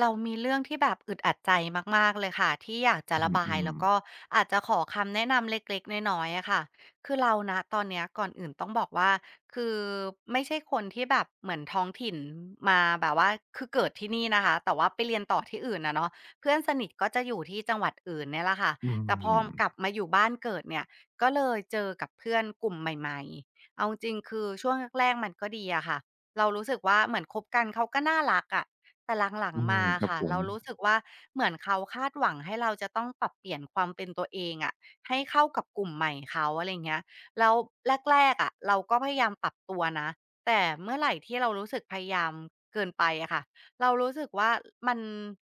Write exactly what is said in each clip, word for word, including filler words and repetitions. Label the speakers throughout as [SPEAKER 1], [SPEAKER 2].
[SPEAKER 1] เรามีเรื่องที่แบบอึดอัดใจมากๆเลยค่ะที่อยากจะ
[SPEAKER 2] อื
[SPEAKER 1] ระ
[SPEAKER 2] ม
[SPEAKER 1] บา
[SPEAKER 2] อื
[SPEAKER 1] ย
[SPEAKER 2] ม
[SPEAKER 1] แล้วก็อาจจะขอคำแนะนำเล็กๆน้อยๆอะค่ะคือเราณตอนเนี้ยก่อนอื่นต้องบอกว่าคือไม่ใช่คนที่แบบเหมือนท้องถิ่นมาแบบว่าคือเกิดที่นี่นะคะแต่ว่าไปเรียนต่อที่อื่นอะเนาะเพื่อนสนิทก็จะอยู่ที่จังหวัดอื่นเนี่ยแหละค่ะ
[SPEAKER 2] อื
[SPEAKER 1] แต่พอกลับ
[SPEAKER 2] ม
[SPEAKER 1] มาอยู่บ้านเกิดเนี่ยก็เลยเจอกับเพื่อนกลุ่มใหม่ๆเอาจริงๆคือช่วงแรกๆมันก็ดีอะค่ะเรารู้สึกว่าเหมือนคบกันเขาก็น่ารักอะ แต่หลัง
[SPEAKER 2] อื
[SPEAKER 1] ๆ
[SPEAKER 2] ม
[SPEAKER 1] มา
[SPEAKER 2] ครับ
[SPEAKER 1] ค่ะ
[SPEAKER 2] ผม
[SPEAKER 1] เรารู้สึกว่าเหมือนเขาคาดหวังให้เราจะต้องปรับเปลี่ยนความเป็นตัวเองอะให้เข้ากับกลุ่มใหม่เขาอะไรอย่างเงี้ยแล้วแรกๆอะเราก็พยายามปรับตัวนะแต่เมื่อไหร่ที่เรารู้สึกพยายามเกินไปอะค่ะเรารู้สึกว่ามัน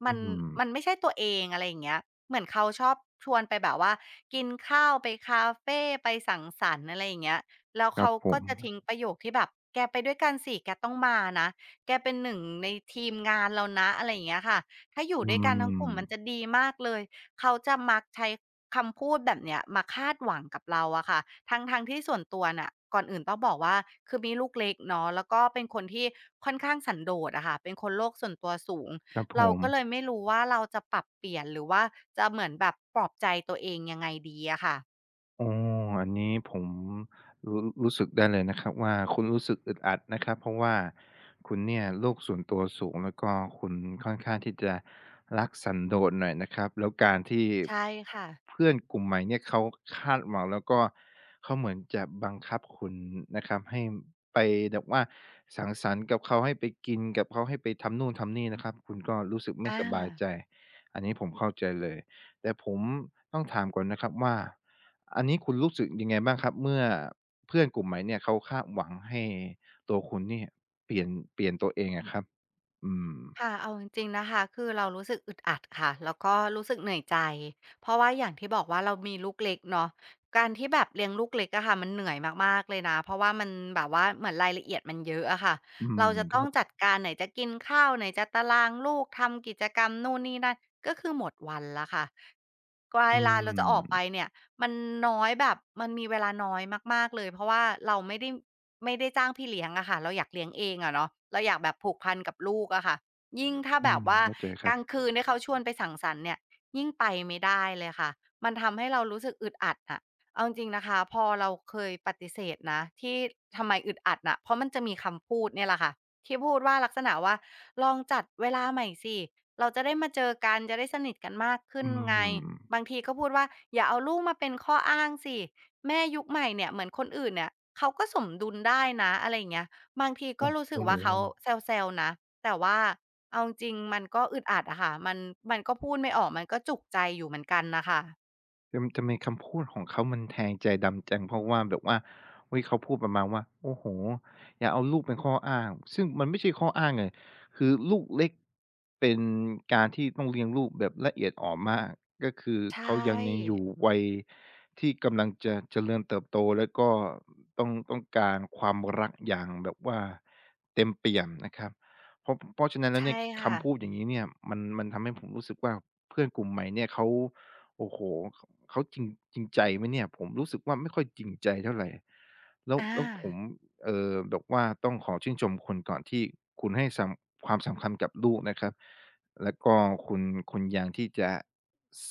[SPEAKER 1] มั
[SPEAKER 2] อื
[SPEAKER 1] น
[SPEAKER 2] ม
[SPEAKER 1] มันไม่ใช่ตัวเองอะไรอย่างเงี้ยเหมือนเขาชอบชวนไปแบบว่ากินข้าวไปคาเฟไปสังสรรค์อะไรอย่างเงี้ยแล้ว
[SPEAKER 2] ครั
[SPEAKER 1] เขา
[SPEAKER 2] บผ
[SPEAKER 1] ก็
[SPEAKER 2] ม
[SPEAKER 1] จะทิ้งประโยคที่แบบแกไปด้วยกันสิแกต้องมานะ แกเป็นหนึ่งในทีมงานเรานะอะไรอย่างเงี้ยค่ะถ้าอยู่
[SPEAKER 2] อื
[SPEAKER 1] ด้วยกันทั้งกลุ่มมันจะ
[SPEAKER 2] ม
[SPEAKER 1] ดีมากเลยเขาจะมักใช้คำพูดแบบเนี้ยมาคาดหวังกับเราอะค่ะทั้งๆที่ส่วนตัวน่ะก่อนอื่นต้องบอกว่า คือมีลูกเล็กเนาะแล้วก็เป็นคนที่ค่อนข้างสันโดษอะค่ะ เป็นคนโลกส่วนตัวสูง
[SPEAKER 2] ครับผ
[SPEAKER 1] เรา
[SPEAKER 2] ม
[SPEAKER 1] ก็เลยไม่รู้ว่าเราจะปรับเปลี่ยนหรือว่าจะเหมือนแบบปลอบใจตัวเองยังไงดีอะค่ะ
[SPEAKER 2] อ๋ออันนี้ผมรู้รู้สึกได้เลยนะครับว่าคุณรู้สึกอึดอัดนะครับเพราะว่าคุณเนี่ยโลกส่วนตัวสูงแล้วก็คุณค่อนข้างที่จะรักสันโดษหน่อยนะครับแล้วการที่
[SPEAKER 1] ใช่ค่ะ
[SPEAKER 2] เพื่อนกลุ่มใหม่เนี่ยเขาคาดหวังแล้วก็เขาเหมือนจะบังคับคุณนะครับให้ไปแบบว่าสังสรรค์กับเขาให้ไปกินกับเขาให้ไปทำนู่นทำนี่นะครับคุณก็รู้สึก
[SPEAKER 1] อ
[SPEAKER 2] ไม่สบายใจ
[SPEAKER 1] า
[SPEAKER 2] อันนี้ผมเข้าใจเลยแต่ผมต้องถามก่อนนะครับว่า อันนี้คุณรู้สึกยังไงบ้างครับเมื่อเพื่อนกลุ่มใหม่เนี่ยเขาคาดหวังให้ตัวคุณเนี่ยเปลี่ยนเปลี่ยนตัวเองอะครับอืม
[SPEAKER 1] ค่ะเอาจริงๆนะคะคือเรารู้สึกอึดอัดค่ะแล้วก็รู้สึกเหนื่อยใจเพราะว่าอย่างที่บอกว่าเรามีลูกเล็กเนาะการที่แบบเลี้ยงลูกเล็กอะค่ะมันเหนื่อยมากๆเลยนะเพราะว่ามันแบบว่าเหมือนรายละเอียดมันเยอะอะค่ะ
[SPEAKER 2] อืม
[SPEAKER 1] เราจะ
[SPEAKER 2] ค
[SPEAKER 1] ต้อง
[SPEAKER 2] รั
[SPEAKER 1] จั
[SPEAKER 2] บ
[SPEAKER 1] ดการไหนจะกินข้าวไหนจะตารางลูกทำกิจกรรมนู่นนี่นั่นก็คือหมดวันแล้วค่ะกว่า
[SPEAKER 2] อื
[SPEAKER 1] เวลาเราจะออกไป
[SPEAKER 2] ม
[SPEAKER 1] เนี่ยมันน้อยแบบมันมีเวลาน้อยมากๆเลยเพราะว่าเราไม่ได้ไม่ได้จ้างพี่เลี้ยงอะค่ะเราอยากเลี้ยงเองอะเนาะเราอยากแบบผูกพันกับลูกอะค่ะ ยิ่งถ้า
[SPEAKER 2] อื
[SPEAKER 1] แบบ
[SPEAKER 2] ม
[SPEAKER 1] ว่า
[SPEAKER 2] เข้าใจค
[SPEAKER 1] ก
[SPEAKER 2] รั
[SPEAKER 1] ลาง
[SPEAKER 2] บ
[SPEAKER 1] คืนที่เขาชวนไปสังสรรค์เนี่ยยิ่งไปไม่ได้เลยค่ะมันทำให้เรารู้สึกอึดอัดอะเอาจริงๆนะคะพอเราเคยปฏิเสธนะที่ทำไมอึดอัดน่ะเพราะมันจะมีคำพูดเนี่ยแหละค่ะที่พูดว่าลักษณะว่าลองจัดเวลาใหม่สิเราจะได้มาเจอกันจะได้สนิทกันมากขึ้
[SPEAKER 2] อื
[SPEAKER 1] นไง
[SPEAKER 2] ม
[SPEAKER 1] บางทีก็พูดว่าอย่าเอาลูกมาเป็นข้ออ้างสิแม่ยุคใหม่เนี่ยเหมือนคนอื่นเนี่ยเขาก็สมดุลได้นะอะไรอย่างเงี้ยบางทีก็รู้สึก
[SPEAKER 2] โอ้โ
[SPEAKER 1] ว่าเขา
[SPEAKER 2] ฮ
[SPEAKER 1] แซวๆนะ แต่ว่าเอาจริงๆมันก็อึดอัดอะค่ะมันมันก็พูดไม่ออกมันก็จุกใจอยู่เหมือนกันนะคะ
[SPEAKER 2] ทำทำไมคำพูดของเขามันแทงใจดำจังเพราะว่าแบบว่าอุ๊ยเขาพูดประมาณว่าโอ้โฮอย่าเอาลูกเป็นข้ออ้างซึ่งมันไม่ใช่ข้ออ้างเลยคือลูกเล็กเป็นการที่ต้องเลี้ยงลูกแบบละเอียดอ่อนมากก็คือ
[SPEAKER 1] ใช่
[SPEAKER 2] เขายังยังอยู่วัยที่กำลังจะเจริญเติบโตแล้วก็ต้องต้องการความรักอย่างแบบว่าเต็มเปี่ยมนะครับเพราะเพราะฉะนั้นแล้ว
[SPEAKER 1] ใช่
[SPEAKER 2] เนี่ย
[SPEAKER 1] ค่ะ
[SPEAKER 2] คำพูดอย่างงี้เนี่ยมันมันทำให้ผมรู้สึกว่าเพื่อนกลุ่มใหม่เนี่ยเขาโอ้โฮ เขาจริงจริงใจไหมเนี่ยผมรู้สึกว่าไม่ค่อยจริงใจเท่าไรแล้ว
[SPEAKER 1] อ่า
[SPEAKER 2] แล้วผมเอ่อแบบว่าต้องขอชื่นชมคุณก่อนที่คุณให้สำความสำคัญกับลูกนะครับแล้วก็คุณคุณยังที่จะ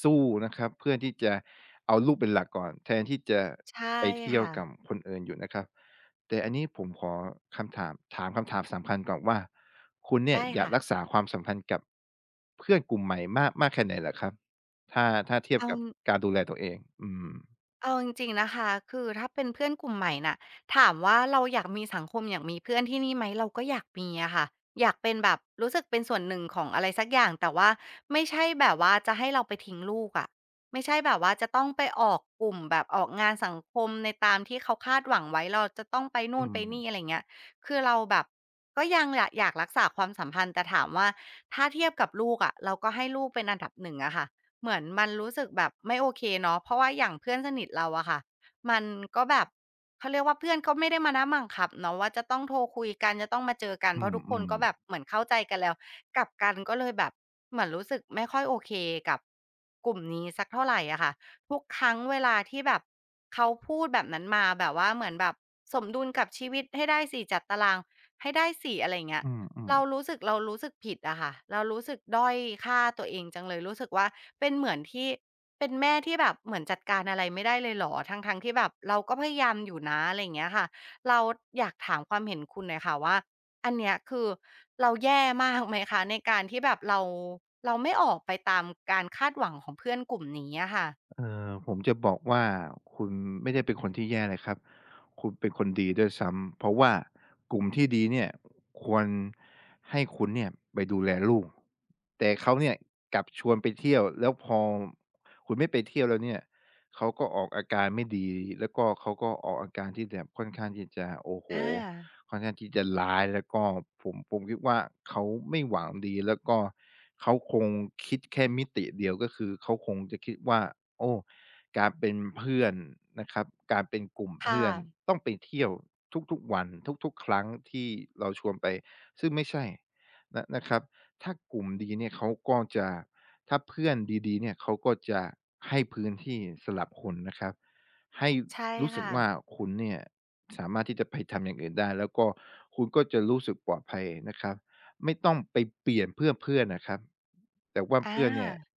[SPEAKER 2] สู้นะครับเพื่อที่จะเอาลูกเป็นหลักก่อนแทนที่จะ
[SPEAKER 1] ใช่
[SPEAKER 2] ไปเที่ยว
[SPEAKER 1] ค่ะ
[SPEAKER 2] กับคนอื่นอยู่นะครับแต่อันนี้ผมขอคำถามถามคำถามสำคัญก่อนว่าคุณเนี่ย
[SPEAKER 1] ได้
[SPEAKER 2] อยาก
[SPEAKER 1] ค่ะ
[SPEAKER 2] รักษาความสัมพันธ์กับเพื่อนกลุ่มใหม่มากมากแค่ไหนเหรอครับ ถ้าถ้าเทียบ
[SPEAKER 1] เอา
[SPEAKER 2] กับการดูแลตัวเองอืม
[SPEAKER 1] เอาจริงๆนะคะคือถ้าเป็นเพื่อนกลุ่มใหม่น่ะถามว่าเราอยากมีสังคมอยากมีเพื่อนที่นี่ไหมเราก็อยากมีอะค่ะอยากเป็นแบบรู้สึกเป็นส่วนหนึ่งของอะไรสักอย่างแต่ว่าไม่ใช่แบบว่าจะให้เราไปทิ้งลูกอะไม่ใช่แบบว่าจะต้องไปออกกลุ่มแบบออกงานสังคมในตามที่เขาคาดหวังไว้เราจะต้องไป
[SPEAKER 2] อื
[SPEAKER 1] นู่นไป
[SPEAKER 2] ม
[SPEAKER 1] นี่อะไรเงี้ยคือเราแบบก็ยังอยากอยากรักษาความสัมพันธ์แต่ถามว่าถ้าเทียบกับลูกอะเราก็ให้ลูกเป็นอันดับหนึ่งอะค่ะ เหมือนมันรู้สึกแบบไม่โอเคเนาะเพราะว่าอย่างเพื่อนสนิทเราอะค่ะมันก็แบบเขาเรียกว่าเพื่อนก็ไม่ได้มานั่งบังคับเนาะว่าจะต้องโทรคุยกันจะต้องมาเจอกัน
[SPEAKER 2] อื
[SPEAKER 1] เพราะ
[SPEAKER 2] ม
[SPEAKER 1] ทุกค
[SPEAKER 2] อื
[SPEAKER 1] น
[SPEAKER 2] ม
[SPEAKER 1] ก็แบบเหมือนเข้าใจกันแล้วกลับกันก็เลยแบบเหมือนรู้สึกไม่ค่อยโอเคกับกลุ่มนี้สักเท่าไรอะค่ะทุกครั้งเวลาที่แบบเขาพูดแบบนั้นมาแบบว่าเหมือนแบบสมดุลกับชีวิตให้ได้ส่จัดตารางให้ได้ส่อะไรอย่างเงี้ย
[SPEAKER 2] อืม
[SPEAKER 1] เรา
[SPEAKER 2] ๆ
[SPEAKER 1] รู้สึกเรารู้สึกผิดอะค่ะเรารู้สึกด้อยค่าตัวเองจังเลยรู้สึกว่าเป็นเหมือนที่เป็นแม่ที่แบบเหมือนจัดการอะไรไม่ได้เลยเหรอทั้งๆที่แบบเราก็พยายามอยู่นะอะไรอย่างเงี้ยค่ะเราอยากถามความเห็นคุณหน่อยค่ะว่าอันเนี้ยคือเราแย่มากไหมคะในการที่แบบเราเราไม่ออกไปตามการคาดหวังของเพื่อนกลุ่มนี้อะค่ะ
[SPEAKER 2] เอ่อผมจะบอกว่าคุณไม่ได้เป็นคนที่แย่เลยครับ คุณเป็นคนดีด้วยซ้ำ เพราะว่ากลุ่มที่ดีเนี่ยควรให้คุณเนี่ยไปดูแลลูก แต่เขาเนี่ยกลับชวนไปเที่ยว แล้วพอคุณไม่ไปเที่ยวแล้วเนี่ยเขาก็ออกอาการไม่ดีแล้วก็เขาก็ออกอาการที่แบบค่อนข้างที่จะโอ้โฮ
[SPEAKER 1] อา
[SPEAKER 2] ค่อนข้างที่จะร้ายแล้วก็ผมผมคิดว่าเขาไม่หวังดีแล้วก็เขาคงคิดแค่มิติเดียวก็คือเขาคงจะคิดว่าโอ้การเป็นเพื่อนนะครับการเป็นกลุ่ม
[SPEAKER 1] ค่ะ
[SPEAKER 2] เพื่อนต้องไปเที่ยวทุกๆวันทุกๆครั้งที่เราชวนไปซึ่งไม่ใช่นะนะครับถ้ากลุ่มดีเนี่ยเขาก็จะถ้าเพื่อนดีๆเนี่ยเขาก็จะให้พื้นที่สำหรับคุณนะครับให้
[SPEAKER 1] ใช่
[SPEAKER 2] รู้สึก
[SPEAKER 1] ค่ะ
[SPEAKER 2] ว่าคุณเนี่ย สามารถที่จะไปทำอย่างอื่นได้แล้วก็คุณก็จะรู้สึกปลอดภัยนะครับไม่ต้องไปเปลี่ยนเพื่อเพื่อนนะครับแต่ว่า
[SPEAKER 1] อ
[SPEAKER 2] เพื่อนเนี่ย
[SPEAKER 1] า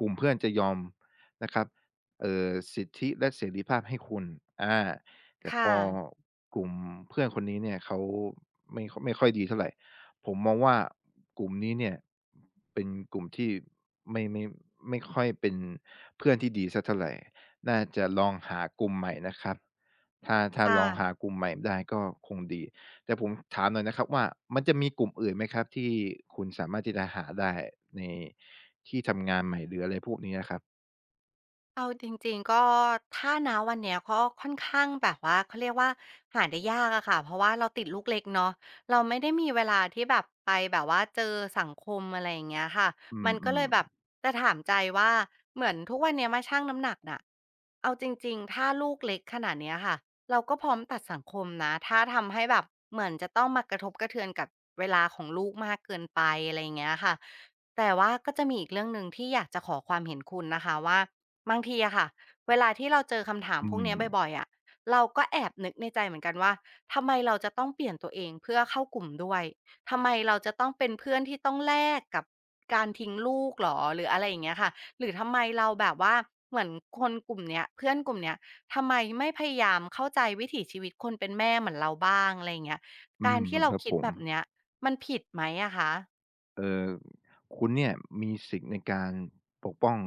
[SPEAKER 2] กลุ่มเพื่อนจะยอมนะครับเอ่อสิทธิและเสรีภาพให้คุณอาแต่พ
[SPEAKER 1] ค่ะ
[SPEAKER 2] อกลุ่มเพื่อนคนนี้เนี่ยเขาไม่ไม่ค่อยดีเท่าไรผมมองว่ากลุ่มนี้เนี่ยเป็นกลุ่มที่ไม่ไม่ไม่ค่อยเป็นเพื่อนที่ดีสักเท่าไรน่าจะลองหากลุ่มใหม่นะครับ ถ้าถ้าล
[SPEAKER 1] ค่ะ
[SPEAKER 2] องหากลุ่มใหม่ได้ก็คงดีแต่ผมถามหน่อยนะครับว่ามันจะมีกลุ่มอื่นไหมครับที่คุณสามารถที่จะหาได้ในที่ทำงานใหม่หรืออะไรพวกนี้อะครับ
[SPEAKER 1] เอาจริงๆก็ถ้าณวันเนี้ยก็ค่อนข้างแบบว่าเขาเรียกว่าหาได้ยากอะค่ะเพราะว่าเราติดลูกเล็กเนาะเราไม่ได้มีเวลาที่แบบไปแบบว่าเจอสังคมอะไรอย่างเงี้ยค่ะ
[SPEAKER 2] อื
[SPEAKER 1] มันก็เลยแบบ
[SPEAKER 2] ม
[SPEAKER 1] จะถามใจว่าเหมือนทุกวันเนี้ยมาชั่งน้ำหนักน่ะเอาจริงๆถ้าลูกเล็กขนาดเนี้ยค่ะเราก็พร้อมตัดสังคมนะถ้าทำให้แบบเหมือนจะต้องมากระทบกระเทือนกับเวลาของลูกมากเกินไปอะไรอย่างเงี้ยค่ะแต่ว่าก็จะมีอีกเรื่องหนึ่งที่อยากจะขอความเห็นคุณนะคะว่า บางทีอะค่ะเวลาที่เราเจอคำถา
[SPEAKER 2] ๆ
[SPEAKER 1] ม
[SPEAKER 2] อื
[SPEAKER 1] พวก
[SPEAKER 2] ม
[SPEAKER 1] เนี้ยบ่อยๆอะเราก็แอบนึกในใจเหมือนกันว่าทำไมเราจะต้องเปลี่ยนตัวเองเพื่อเข้ากลุ่มด้วยทำไมเราจะต้องเป็นเพื่อนที่ต้องแลกกับการทิ้งลูกหรอหรืออะไรอย่างเงี้ยค่ะหรือทำไมเราแบบว่าเหมือนคนกลุ่มเนี้ยเพื่อนกลุ่มเนี้ยทำไมไม่พยายามเข้าใจวิถีชีวิตคนเป็นแม่เหมือนเราบ้างอะไรอย่างเงี้ย
[SPEAKER 2] อื
[SPEAKER 1] การ
[SPEAKER 2] ม
[SPEAKER 1] ที่เรา
[SPEAKER 2] ครับ
[SPEAKER 1] คิ
[SPEAKER 2] ผ
[SPEAKER 1] ด
[SPEAKER 2] ม
[SPEAKER 1] แบบเนี้ยมันผิดไหมอะคะ
[SPEAKER 2] เอ่อคุณเนี่ยมีสิทธิ์ในการปกป้อง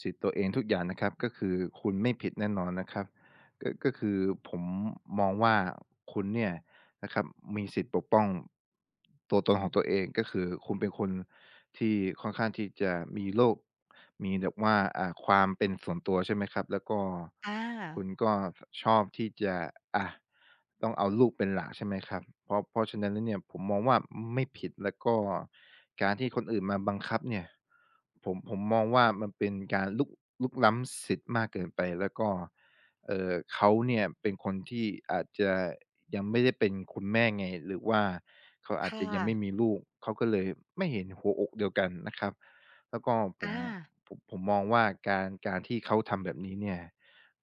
[SPEAKER 2] สิทธิ์ตัวเองทุกอย่างนะครับก็คือคุณไม่ผิดแน่นอนนะครับก็ก็คือผมมองว่าคุณเนี่ย นะครับมีสิทธิ์ปกป้องตัวตนของตัวเองก็คือคุณเป็นคนที่ค่อนข้างที่จะมีโลกมีแบบว่าอ่าความเป็นส่วนตัวใช่ไหมครับแล้วก็
[SPEAKER 1] อา
[SPEAKER 2] คุณก็ชอบที่จะอะต้องเอาลูกเป็นหลักใช่ไหมครับเพราะเพราะฉะนั้นแล้วเนี่ยผมมองว่าไม่ผิดแล้วก็การที่คนอื่นมาบังคับเนี่ยผมผมมองว่ามันเป็นการลุกรุกล้ำสิทธิ์มากเกินไปแล้วก็ เอ่อเขาเนี่ยเป็นคนที่อาจจะยังไม่ได้เป็นคุณแม่ไงหรือว่าเขาอาจจะ
[SPEAKER 1] ค่ะ
[SPEAKER 2] ยังไม่มีลูกเขาก็เลยไม่เห็นหัวอกเดียวกันนะครับแล้วก็ผม
[SPEAKER 1] อา
[SPEAKER 2] ผมผมมองว่าการการที่เขาทำแบบนี้เนี่ย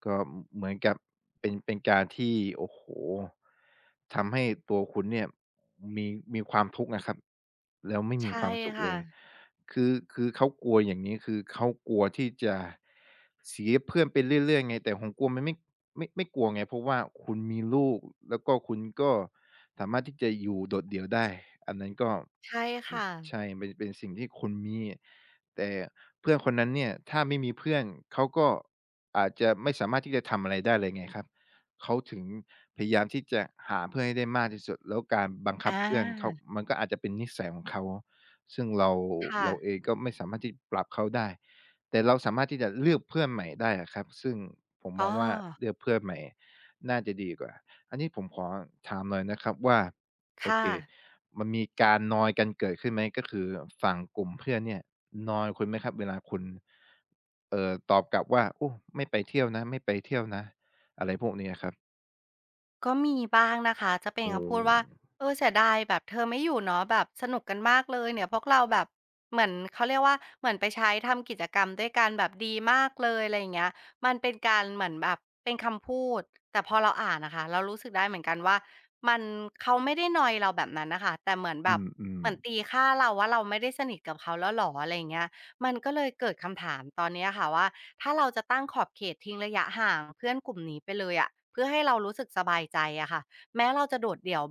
[SPEAKER 2] ก็เหมือนกับเป็นเป็นการที่โอ้โหทำให้ตัวคุณเนี่ยมีมีความทุกข์นะครับแล้วไม่มี
[SPEAKER 1] ใช่
[SPEAKER 2] ความสุข
[SPEAKER 1] ค่ะ
[SPEAKER 2] เลย คือคือเขากลัวอย่างนี้คือเขากลัวที่จะเสียเพื่อนไปเรื่อยๆไงแต่ของกลัวมันไม่ไม่ไม่กลัวไงเพราะว่าคุณมีลูกแล้วก็คุณก็สามารถที่จะอยู่โดดเดี่ยวได้อันนั้นก็
[SPEAKER 1] ใช่
[SPEAKER 2] อืม
[SPEAKER 1] ค่ะ
[SPEAKER 2] ใช่เป็นเป็นสิ่งที่คุณมีแต่เพื่อนคนนั้นเนี่ยถ้าไม่มีเพื่อนเขาก็อาจจะไม่สามารถที่จะทำอะไรได้เลยไงครับเขาถึงพยายามที่จะหาเพื่อนให้ได้มากที่สุดแล้วการบัง
[SPEAKER 1] อ
[SPEAKER 2] คับเพื่อนเขา
[SPEAKER 1] า
[SPEAKER 2] มันก็อาจจะเป็นนิสัยของเขา ซึ่งเรา
[SPEAKER 1] ค่ะ
[SPEAKER 2] เราเองก็ไม่สามารถที่ปรับเขาได้แต่เราสามารถที่จะเลือกเพื่อนใหม่ได้อะครับซึ่งผม
[SPEAKER 1] อ๋
[SPEAKER 2] ม
[SPEAKER 1] อ
[SPEAKER 2] องว่าเลือกเพื่อนใหม่น่าจะดีกว่าอันนี้ผมขอถามหน่อยนะครับว่าโอ
[SPEAKER 1] ค่ะ
[SPEAKER 2] เคมันมีการนอยกันเกิดขึ้นไหมก็คือฝั่งกลุ่มเพื่อนเนี่ยนอยคุณไหมครับเวลาคุณเอ่อตอบกลับว่าโอ้ไม่ไปเที่ยวนะไม่ไปเที่ยวนะอะไรพวกนี้อะครับ
[SPEAKER 1] ก็มีบ้างนะคะจะเป็น
[SPEAKER 2] โอ้
[SPEAKER 1] คำพูดว่าเออเสียดายแบบเธอไม่อยู่เนาะแบบสนุกกันมากเลยเนี่ยพวกเราแบบเหมือนเขาเรียกว่า เหมือนไปใช้ทำกิจกรรมด้วยกันแบบดีมากเลยอะไรอย่างเงี้ยมันเป็นการเหมือนแบบเป็นคำพูดแต่พอเราอ่านอะค่ะเรารู้สึกได้เหมือนกันว่ามันเขาไม่ได้นอยเราแบบนั้นน่ะค่ะแต่เหมือนแบบ
[SPEAKER 2] อื
[SPEAKER 1] เห
[SPEAKER 2] ม
[SPEAKER 1] มือนตีค่าเราว่าเราไม่ได้สนิทกับเขาแล้วเหรออะไรอย่างเงี้ยมันก็เลยเกิดคำถามตอนเนี้ยค่ะว่า ถ้าเราจะตั้งขอบเขตทิ้งระยะห่างเพื่อนกลุ่มนี้ไปเลยอะเพื่อให้เรารู้สึกสบายใจอะค่ะแม้เราจะโดดเดี่ยว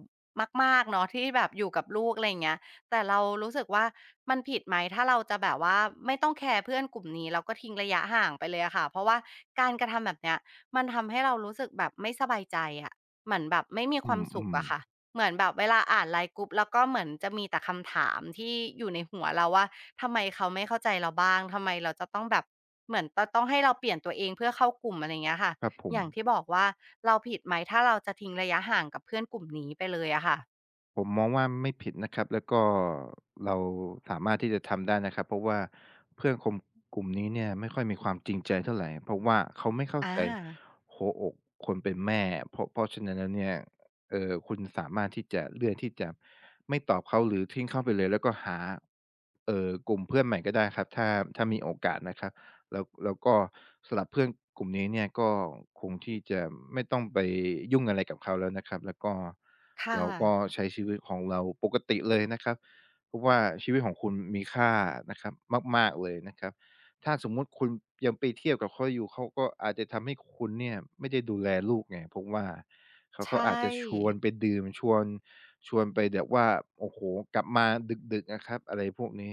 [SPEAKER 1] มากๆเนาะที่แบบอยู่กับลูกอะไรอย่างเงี้ยแต่เรารู้สึกว่ามันผิดไหมถ้าเราจะแบบว่าไม่ต้องแคร์เพื่อนกลุ่มนี้แล้วก็ทิ้งระยะห่างไปเลยอะค่ะเพราะว่าการกระทำแบบเนี้ยมันทำให้เรารู้สึกแบบไม่สบายใจอะเหมือนแบบไม่มี
[SPEAKER 2] ๆ
[SPEAKER 1] ค
[SPEAKER 2] อื
[SPEAKER 1] วามสุข
[SPEAKER 2] ม
[SPEAKER 1] อะค่ะ
[SPEAKER 2] ๆ
[SPEAKER 1] เหมือนแบบเวลาอ่าน ไลน์ กรุ๊ปแล้วก็เหมือนจะมีแต่คำถามที่อยู่ในหัวเราว่า ทำไมเขาไม่เข้าใจเราบ้างทำไมเราจะต้องแบบเหมือนจะต้องให้เราเปลี่ยนตัวเองเพื่อเข้ากลุ่มอะไรอย่างเงี้ยค่ะ
[SPEAKER 2] ครับผ
[SPEAKER 1] อ
[SPEAKER 2] ม
[SPEAKER 1] ย่างที่บอกว่าเราผิดไหมถ้าเราจะทิ้งระยะห่างกับเพื่อนกลุ่มนี้ไปเลยอะค่ะ
[SPEAKER 2] ผมมองว่าไม่ผิดนะครับแล้วก็เราสามารถที่จะทำได้นะครับเพราะว่าเพื่อนคมกลุ่มนี้เนี่ยไม่ค่อยมีความจริงใจเท่าไหรเพราะว่าเขาไม่เข้า
[SPEAKER 1] อ
[SPEAKER 2] ใจ
[SPEAKER 1] า
[SPEAKER 2] หัวอกคนเป็นแม่เพราะเพราะฉะนั้นแล้วเนี่ยเออคุณสามารถที่จะเลือกที่จะไม่ตอบเขาหรือทิ้งเขาไปเลยแล้วก็หาเออกลุ่มเพื่อนใหม่ก็ได้ครับถ้าถ้ามีโอกาสนะครับ แล้วแล้วก็สำหรับเพื่อนกลุ่มนี้เนี่ยก็คงที่จะไม่ต้องไปยุ่งอะไรกับเขาแล้วนะครับแล้วก็
[SPEAKER 1] ค่ะ
[SPEAKER 2] เราก็ใช้ชีวิตของเราปกติเลยนะครับเพราะว่าชีวิตของคุณมีค่านะครับมากๆเลยนะครับถ้าสมมุติคุณยังไปเที่ยวกับเขาอยู่เขาก็อาจจะทำให้คุณเนี่ยไม่ได้ดูแลลูกไงเพราะว่าเขา
[SPEAKER 1] ใช
[SPEAKER 2] เขาอาจจะชว
[SPEAKER 1] ่
[SPEAKER 2] นไปดื่มชวนชวนไปแบบว่าโอ้โหกลับมาดึกๆอะครับอะไรพวกนี้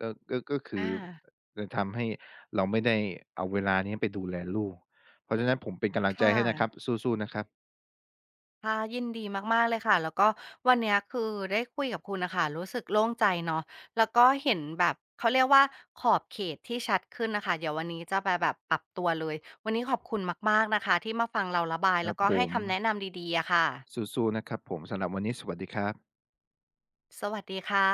[SPEAKER 2] ก็ก็ก็คือ
[SPEAKER 1] อา
[SPEAKER 2] จะทำให้ เราไม่ได้เอาเวลานี้ไปดูแลลูก เพราะฉะนั้นผมเป็นกำลังใจ
[SPEAKER 1] ค่ะ
[SPEAKER 2] ให้นะครับสู้ๆนะครับ
[SPEAKER 1] ค่ะยินดีมากๆเลยค่ะ แล้วก็วันเนี้ยคือได้คุยกับคุณนะคะรู้สึกโล่งใจเนาะแล้วก็เห็นแบบเขาเรียกว่าขอบเขตที่ชัดขึ้นนะคะเดี๋ยววันนี้จะไปแบบปรับตัวเลยวันนี้ขอบคุณมากๆนะคะที่มาฟังเราระบาย
[SPEAKER 2] ค
[SPEAKER 1] แล้
[SPEAKER 2] รั
[SPEAKER 1] ว
[SPEAKER 2] บ
[SPEAKER 1] ก็
[SPEAKER 2] ผ
[SPEAKER 1] ให้
[SPEAKER 2] ม
[SPEAKER 1] คำแนะนำดีๆอะค่ะ
[SPEAKER 2] สู้ๆนะครับผมสำหรับวันนี้สวัสดีครับ
[SPEAKER 1] สวัสดีค่ะ